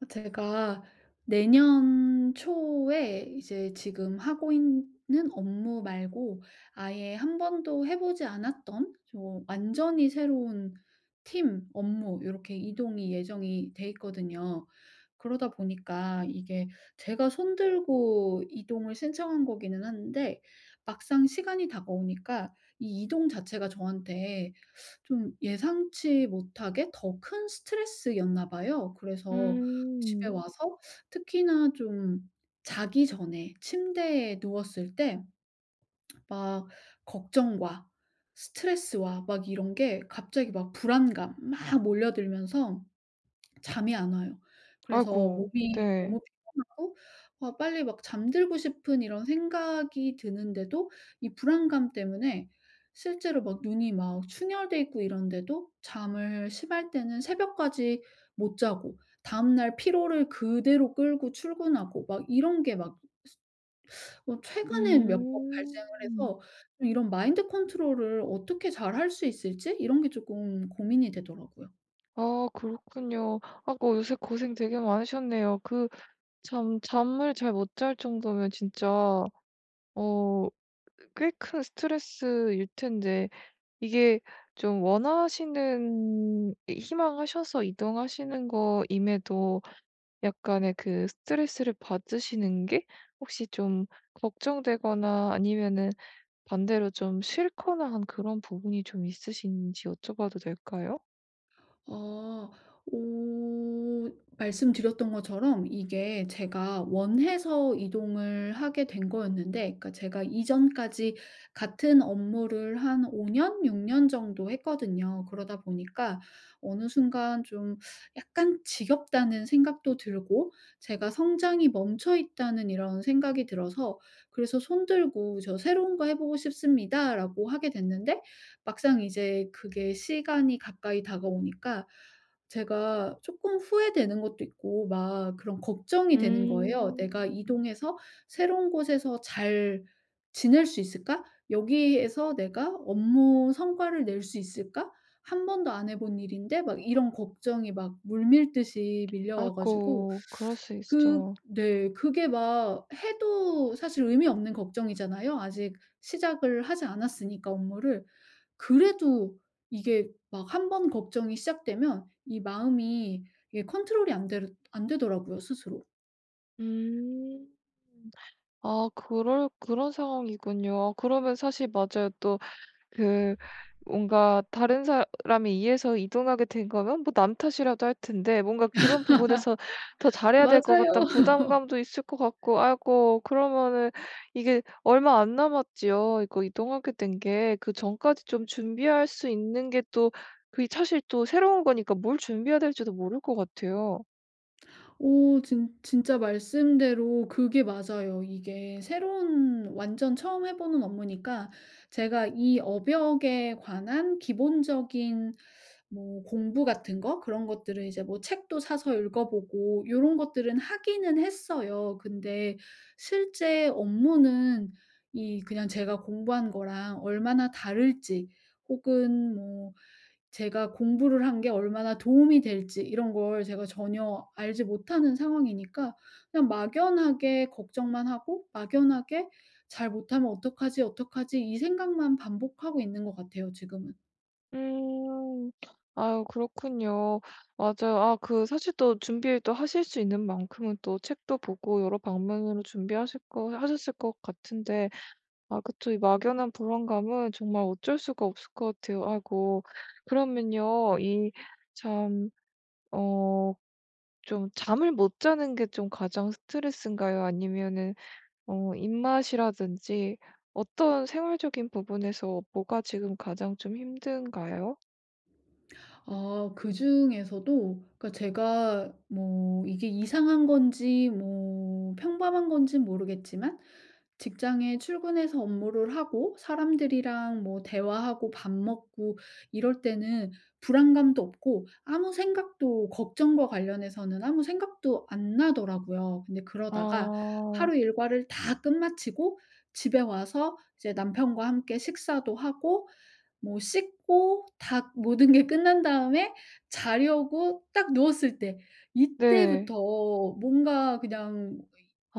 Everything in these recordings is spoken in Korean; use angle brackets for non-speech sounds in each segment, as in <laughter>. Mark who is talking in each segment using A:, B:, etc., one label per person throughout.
A: 아, 제가 내년 초에 이제 지금 하고 있는 업무 말고 아예 한 번도 해 보지 않았던 좀 완전히 새로운 팀 업무 이렇게 이동이 예정이 돼 있거든요. 그러다 보니까 이게 제가 손 들고 이동을 신청한 거기는 한데, 막상 시간이 다가오니까 이 이동 자체가 저한테 좀 예상치 못하게 더 큰 스트레스였나 봐요. 그래서 집에
B: 음.
A: 와서 특히나 좀 자기 전에 침대에 누웠을 때 막 걱정과 스트레스와 막 이런 게 갑자기 막 불안감 막 몰려들면서 잠이 안 와요. 그래서
B: 아이고.
A: 몸이
B: 네.
A: 너무 피곤하고, 아 빨리 막 잠들고 싶은 이런 생각이 드는데도 이 불안감 때문에 실제로 막 눈이 막 충혈돼 있고 이런데도 잠을 심할 때는 새벽까지 못 자고, 다음 날 피로를 그대로 끌고 출근하고 막 이런 게 막 최근에 몇 번 발생을
B: 음.
A: 해서 좀 이런 마인드 컨트롤을 어떻게 잘 할 수 있을지 이런 게 쪼끔 고민이 되더라고요.
B: 아, 그렇군요. 아, 그 요새 고생 되게 많으셨네요. 그 잠 잠을 잘 못 잘 정도면 진짜 어 꽤 큰 스트레스일 텐데, 이게 좀 원하시는, 희망하셔서 이동하시는 거임에도 약간의 그 스트레스를 받으시는 게 혹시 좀 걱정되거나 아니면은 반대로 좀 싫거나 한 그런 부분이 좀 있으신지 여쭤봐도 될까요?
A: 아. 오, 말씀드렸던 것처럼 이게 제가 원해서 이동을 하게 된 거였는데, 그러니까 제가 이전까지 같은 업무를 한 5년 년, 6년 정도 했거든요. 그러다 보니까 어느 순간 좀 약간 지겹다는 생각도 들고 제가 성장이 멈춰 있다는 이런 생각이 들어서, 그래서 손 들고 "저 새로운 거 해 보고 싶습니다."라고 하게 됐는데, 막상 이제 그게 시간이 가까이 다가오니까 제가 조금 후회되는 것도 있고 막 그런 걱정이 되는 거예요. '내가
B: 음.
A: 이동해서 새로운 곳에서 잘 지낼 수 있을까? 여기에서 내가 업무 성과를 낼 수 있을까? 한 번도 안 해본 일인데.' 막 이런 걱정이 막 물밀듯이 밀려와 가지고
B: 아이고, 그럴 수
A: 그,
B: 있죠.
A: 네. 그게 막 해도 사실 의미 없는 걱정이잖아요. 아직 시작을 하지 않았으니까, 업무를. 그래도 이게 막 한 번 걱정이 시작되면 이 마음이, 이게 컨트롤이 안 되더라고요, 스스로.
B: 음. 아, 그럴 그런 상황이군요. 아, 그러면 사실 맞아요. 또 그 뭔가 다른 사람이 이해해서 이동하게 된 거면 뭐 남 탓이라도 할 텐데, 뭔가 그런 부분에서 더 잘해야 될 것 같다는
A: 맞아요.
B: 부담감도 있을 것 같고. 아이고, 그러면은 이게 얼마 안 남았지요. 이거 이동하게 된 게 그 전까지 좀 준비할 수 있는 게 또, 그게 사실 또 새로운 거니까 뭘 준비해야 될지도 모를 것 같아요.
A: 오, 진 진짜 말씀대로 그게 맞아요. 이게 새로운 완전 처음 해 보는 업무니까 제가 이 업역에 관한 기본적인 뭐 공부 같은 거 그런 것들을 이제 뭐 책도 사서 읽어 보고 이런 것들은 하기는 했어요. 근데 실제 업무는 이 그냥 제가 공부한 거랑 얼마나 다를지, 혹은 뭐 제가 공부를 한 게 얼마나 도움이 될지 이런 걸 제가 전혀 알지 못하는 상황이니까 그냥 막연하게 걱정만 하고, 막연하게 '잘 못하면 어떡하지, 어떡하지.' 이 생각만 반복하고 있는 것 같아요 지금은.
B: 음. 아유, 그렇군요. 맞아요. 아, 그 사실 또 준비를 또 하실 수 있는 만큼은 또 책도 보고 여러 방면으로 준비하실 거 하셨을 것 같은데, 아 그쵸. 이 막연한 불안감은 정말 어쩔 수가 없을 것 같아요. 아이고. 그러면요. 이 참, 어 좀 잠을 못 자는 게 좀 가장 스트레스인가요? 아니면은 입맛이라든지 어떤 생활적인 부분에서 뭐가 지금 가장 좀 힘든가요?
A: 아, 그중에서도 그러니까 제가 뭐 이게 이상한 건지 뭐 평범한 건진 모르겠지만, 직장에 출근해서 업무를 하고 사람들이랑 뭐 대화하고 밥 먹고 이럴 때는 불안감도 없고, 아무 생각도, 걱정과 관련해서는 아무 생각도 안 나더라고요. 근데 그러다가
B: 아.
A: 하루 일과를 다 끝마치고 집에 와서 이제 남편과 함께 식사도 하고 뭐 씻고 다 모든 게 끝난 다음에 자려고 딱 누웠을 때,
B: 네.
A: 이때부터 뭔가 그냥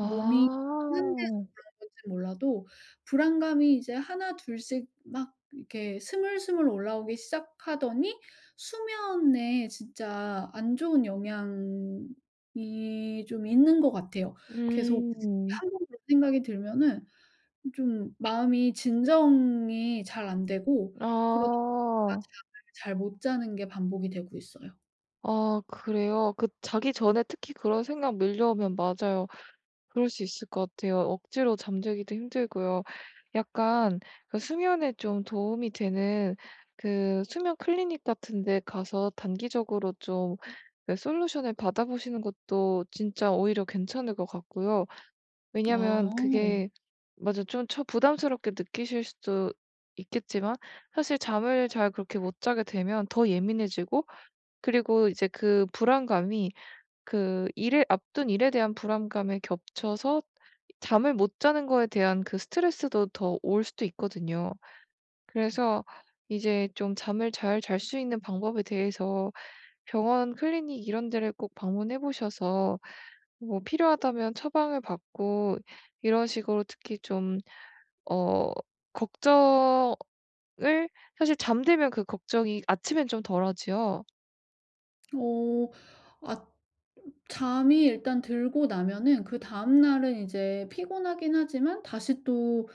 A: 몸이 흔들려서 그런 건지 몰라도 불안감이 이제 하나 둘씩 막 이렇게 스물스물 올라오기 시작하더니 수면에 진짜 안 좋은 영향이 좀 있는 것 같아요. 계속
B: 음.
A: 한 번 그런 생각이 들면은 좀 마음이 진정이 잘 안 되고, 그러다 보니까
B: 아.
A: 잠을 잘 못 자는 게 반복이 되고 있어요.
B: 아, 그래요? 그 자기 전에 특히 그런 생각 밀려오면, 맞아요. 그럴 수 있을 것 같아요. 억지로 잠들기도 힘들고요. 약간 그 수면에 좀 도움이 되는 그 수면 클리닉 같은 데 가서 단기적으로 좀그 솔루션을 받아보시는 것도 진짜 오히려 괜찮을 것 같고요. 왜냐면
A: 아.
B: 그게 맞아, 좀 처 부담스럽게 느끼실 수도 있겠지만, 사실 잠을 잘 그렇게 못 자게 되면 더 예민해지고, 그리고 이제 그 불안감이, 그 일에 앞둔 일에 대한 불안감에 겹쳐서 잠을 못 자는 거에 대한 그 스트레스도 더 올 수도 있거든요. 그래서 이제 좀 잠을 잘 잘 수 있는 방법에 대해서 병원, 클리닉 이런 데를 꼭 방문해 보셔서 뭐 필요하다면 처방을 받고 이런 식으로, 특히 좀 어 걱정을, 사실 잠들면 그 걱정이 아침엔 좀 덜하지요.
A: 어. 아, 잠이 일단 들고 나면은 그다음 날은 이제 피곤하긴 하지만 다시 또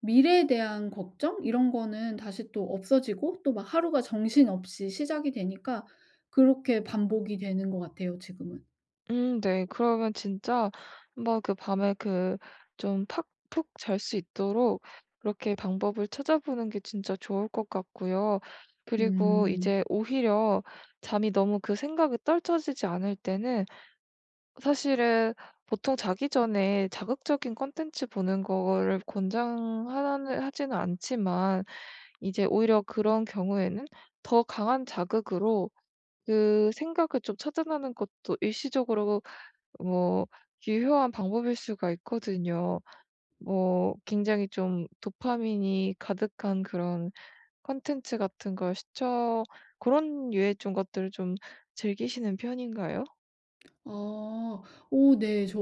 A: 미래에 대한 걱정 이런 거는 다시 또 없어지고, 또 막 하루가 정신없이 시작이 되니까 그렇게 반복이 되는 것 같아요 지금은.
B: 네. 그러면 진짜 한번 그 밤에 그 좀 팍 푹 잘 수 있도록 그렇게 방법을 찾아보는 게 진짜 좋을 것 같고요. 그리고
A: 음.
B: 이제 오히려 잠이 너무, 그 생각이 떨쳐지지 않을 때는, 사실은 보통 자기 전에 자극적인 콘텐츠 보는 거를 권장하 하지는 않지만, 이제 오히려 그런 경우에는 더 강한 자극으로 그 생각을 좀 차단하는 것도 일시적으로 뭐 유효한 방법일 수가 있거든요. 뭐 굉장히 좀 도파민이 가득한 그런 콘텐츠 같은 걸 시청 그런 유의 좀 것들을 좀 즐기시는 편인가요?
A: 아. 오 네. 저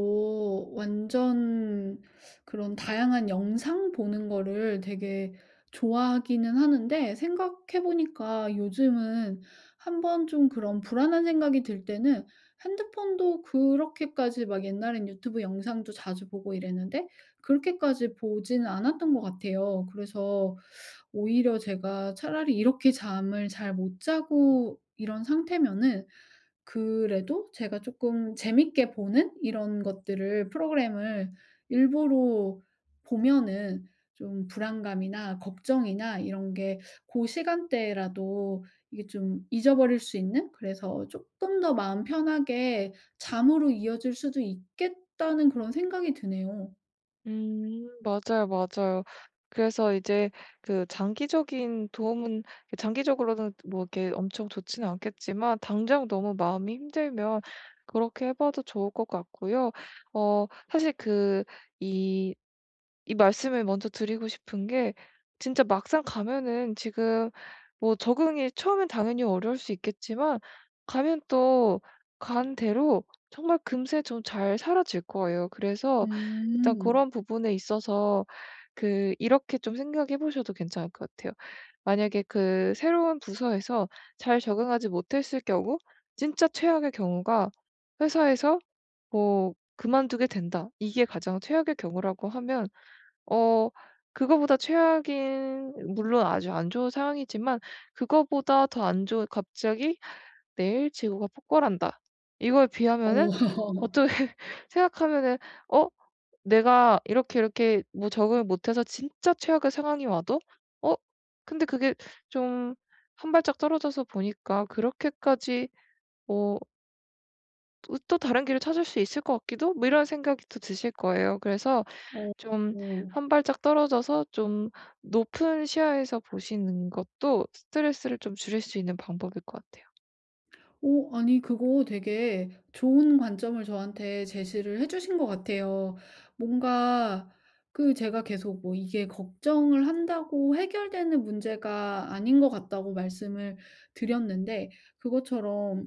A: 완전 그런 다양한 영상 보는 거를 되게 좋아하기는 하는데, 생각해 보니까 요즘은 한번 좀 그런 불안한 생각이 들 때는 핸드폰도 그렇게까지, 막 옛날엔 유튜브 영상도 자주 보고 이랬는데 그렇게까지 보지는 않았던 것 같아요. 그래서 오히려 제가 차라리 이렇게 잠을 잘 못 자고 이런 상태면은 그래도 제가 조금 재밌게 보는 이런 것들을, 프로그램을 일부러 보면은 좀 불안감이나 걱정이나 이런 게 고 시간대라도 이게 좀 잊어버릴 수 있는, 그래서 조금 더 마음 편하게 잠으로 이어질 수도 있겠다는 그런 생각이 드네요.
B: 맞아요, 맞아요. 그래서 이제 그 장기적인 도움은, 장기적으로는 뭐 이렇게 엄청 좋지는 않겠지만 당장 너무 마음이 힘들면 그렇게 해 봐도 좋을 것 같고요. 사실 그이 이 말씀을 먼저 드리고 싶은 게, 진짜 막상 가면은 지금 뭐 적응이 처음엔 당연히 어려울 수 있겠지만 가면 또 간 대로 정말 금세 좀 잘 사라질 거예요. 그래서 일단 그
A: 음.
B: 런 부분에 있어서 그 이렇게 좀 생각해 보셔도 괜찮을 것 같아요. 만약에 그 새로운 부서에서 잘 적응하지 못했을 경우 진짜 최악의 경우가 회사에서 뭐 그만두게 된다, 이게 가장 최악의 경우라고 하면, 어 그거보다 최악인, 물론 아주 안 좋은 상황이지만 그거보다 더 안 좋은, 갑자기 '내일 지구가 폭발한다.' 이걸
A: 어.
B: 비하면은
A: <laughs>
B: 어떻게 <laughs> 생각하면은, '어 내가 이렇게 이렇게 뭐 적응을 못해서 진짜 최악의 상황이 와도.' 어 근데 그게 좀 한 발짝 떨어져서 보니까 그렇게까지 뭐, 또또 다른 길을 찾을 수 있을 것 같기도, 뭐 이런 생각이 또 드실 거예요. 그래서
A: 어.
B: 좀
A: 어.
B: 한 발짝 떨어져서 좀 높은 시야에서 보시는 것도 스트레스를 좀 줄일 수 있는 방법일 것 같아요.
A: 어, 아니, 그거 되게 좋은 관점을 저한테 제시를 해 주신 것 같아요. 뭔가 그 제가 계속 뭐 이게 걱정을 한다고 해결되는 문제가 아닌 것 같다고 말씀을 드렸는데, 그것처럼,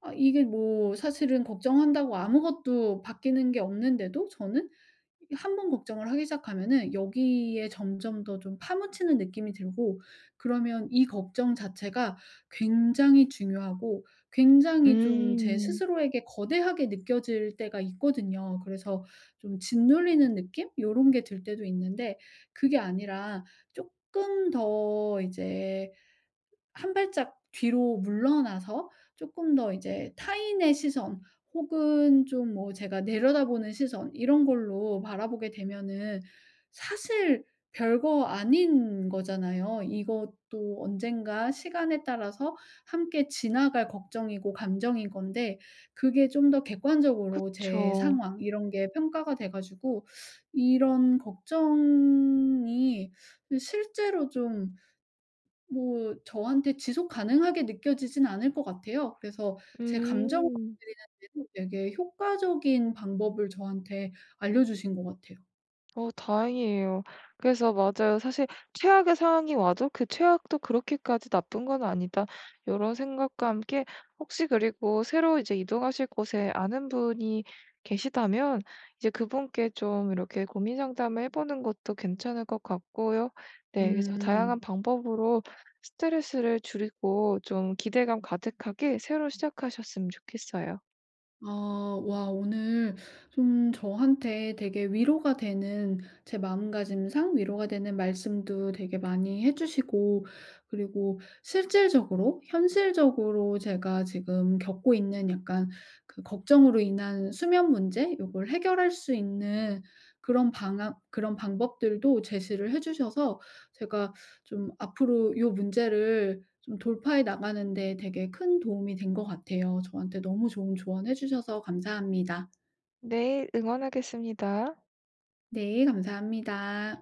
A: 아 이게 뭐 사실은 걱정한다고 아무것도 바뀌는 게 없는데도 저는 이게 한 번 걱정을 하기 시작하면은 여기에 점점 더 좀 파묻히는 느낌이 들고, 그러면 이 걱정 자체가 굉장히 중요하고 굉장히 좀 제
B: 음.
A: 스스로에게 거대하게 느껴질 때가 있거든요. 그래서 좀 짓눌리는 느낌? 요런 게 들 때도 있는데, 그게 아니라 쪼끔 더 이제 한 발짝 뒤로 물러나서 쪼끔 더 이제 타인의 시선 혹은 좀 뭐 제가 내려다보는 시선 이런 걸로 바라보게 되면은 사실 별거 아닌 거잖아요. 이것도 언젠가 시간에 따라서 함께 지나갈 걱정이고 감정인 건데 그게 좀 더 객관적으로 제
B: 그쵸.
A: 상황 이런 게 평가가 돼 가지고 이런 걱정이 실제로 좀 뭐 저한테 지속 가능하게 느껴지진 않을 것 같아요. 그래서 제 감정을
B: 음.
A: 다스리는 데는 되게 효과적인 방법을 저한테 알려주신 것 같아요.
B: 다행이에요. 그래서 맞아요. 사실 최악의 상황이 와도 '그 최악도 그렇게까지 나쁜 건 아니다.' 이런 생각과 함께, 혹시 그리고 새로 이제 이동하실 곳에 아는 분이 계시다면 이제 그분께 좀 이렇게 고민 상담을 해 보는 것도 괜찮을 것 같고요. 네, 그래서
A: 음.
B: 다양한 방법으로 스트레스를 줄이고 좀 기대감 가득하게 새로 시작하셨으면 좋겠어요.
A: 아, 와, 오늘 좀 저한테 되게 위로가 되는, 제 마음가짐상 위로가 되는 말씀도 되게 많이 해 주시고, 그리고 실질적으로 현실적으로 제가 지금 겪고 있는 약간 그 걱정으로 인한 수면 문제 요걸 해결할 수 있는 그런 방안, 그런 방법들도 제시를 해 주셔서 제가 좀 앞으로 요 문제를 좀 돌파해 나가는 데 되게 큰 도움이 된 것 같아요. 저한테 너무 좋은 조언해 주셔서 감사합니다.
B: 네, 응원하겠습니다.
A: 네, 감사합니다.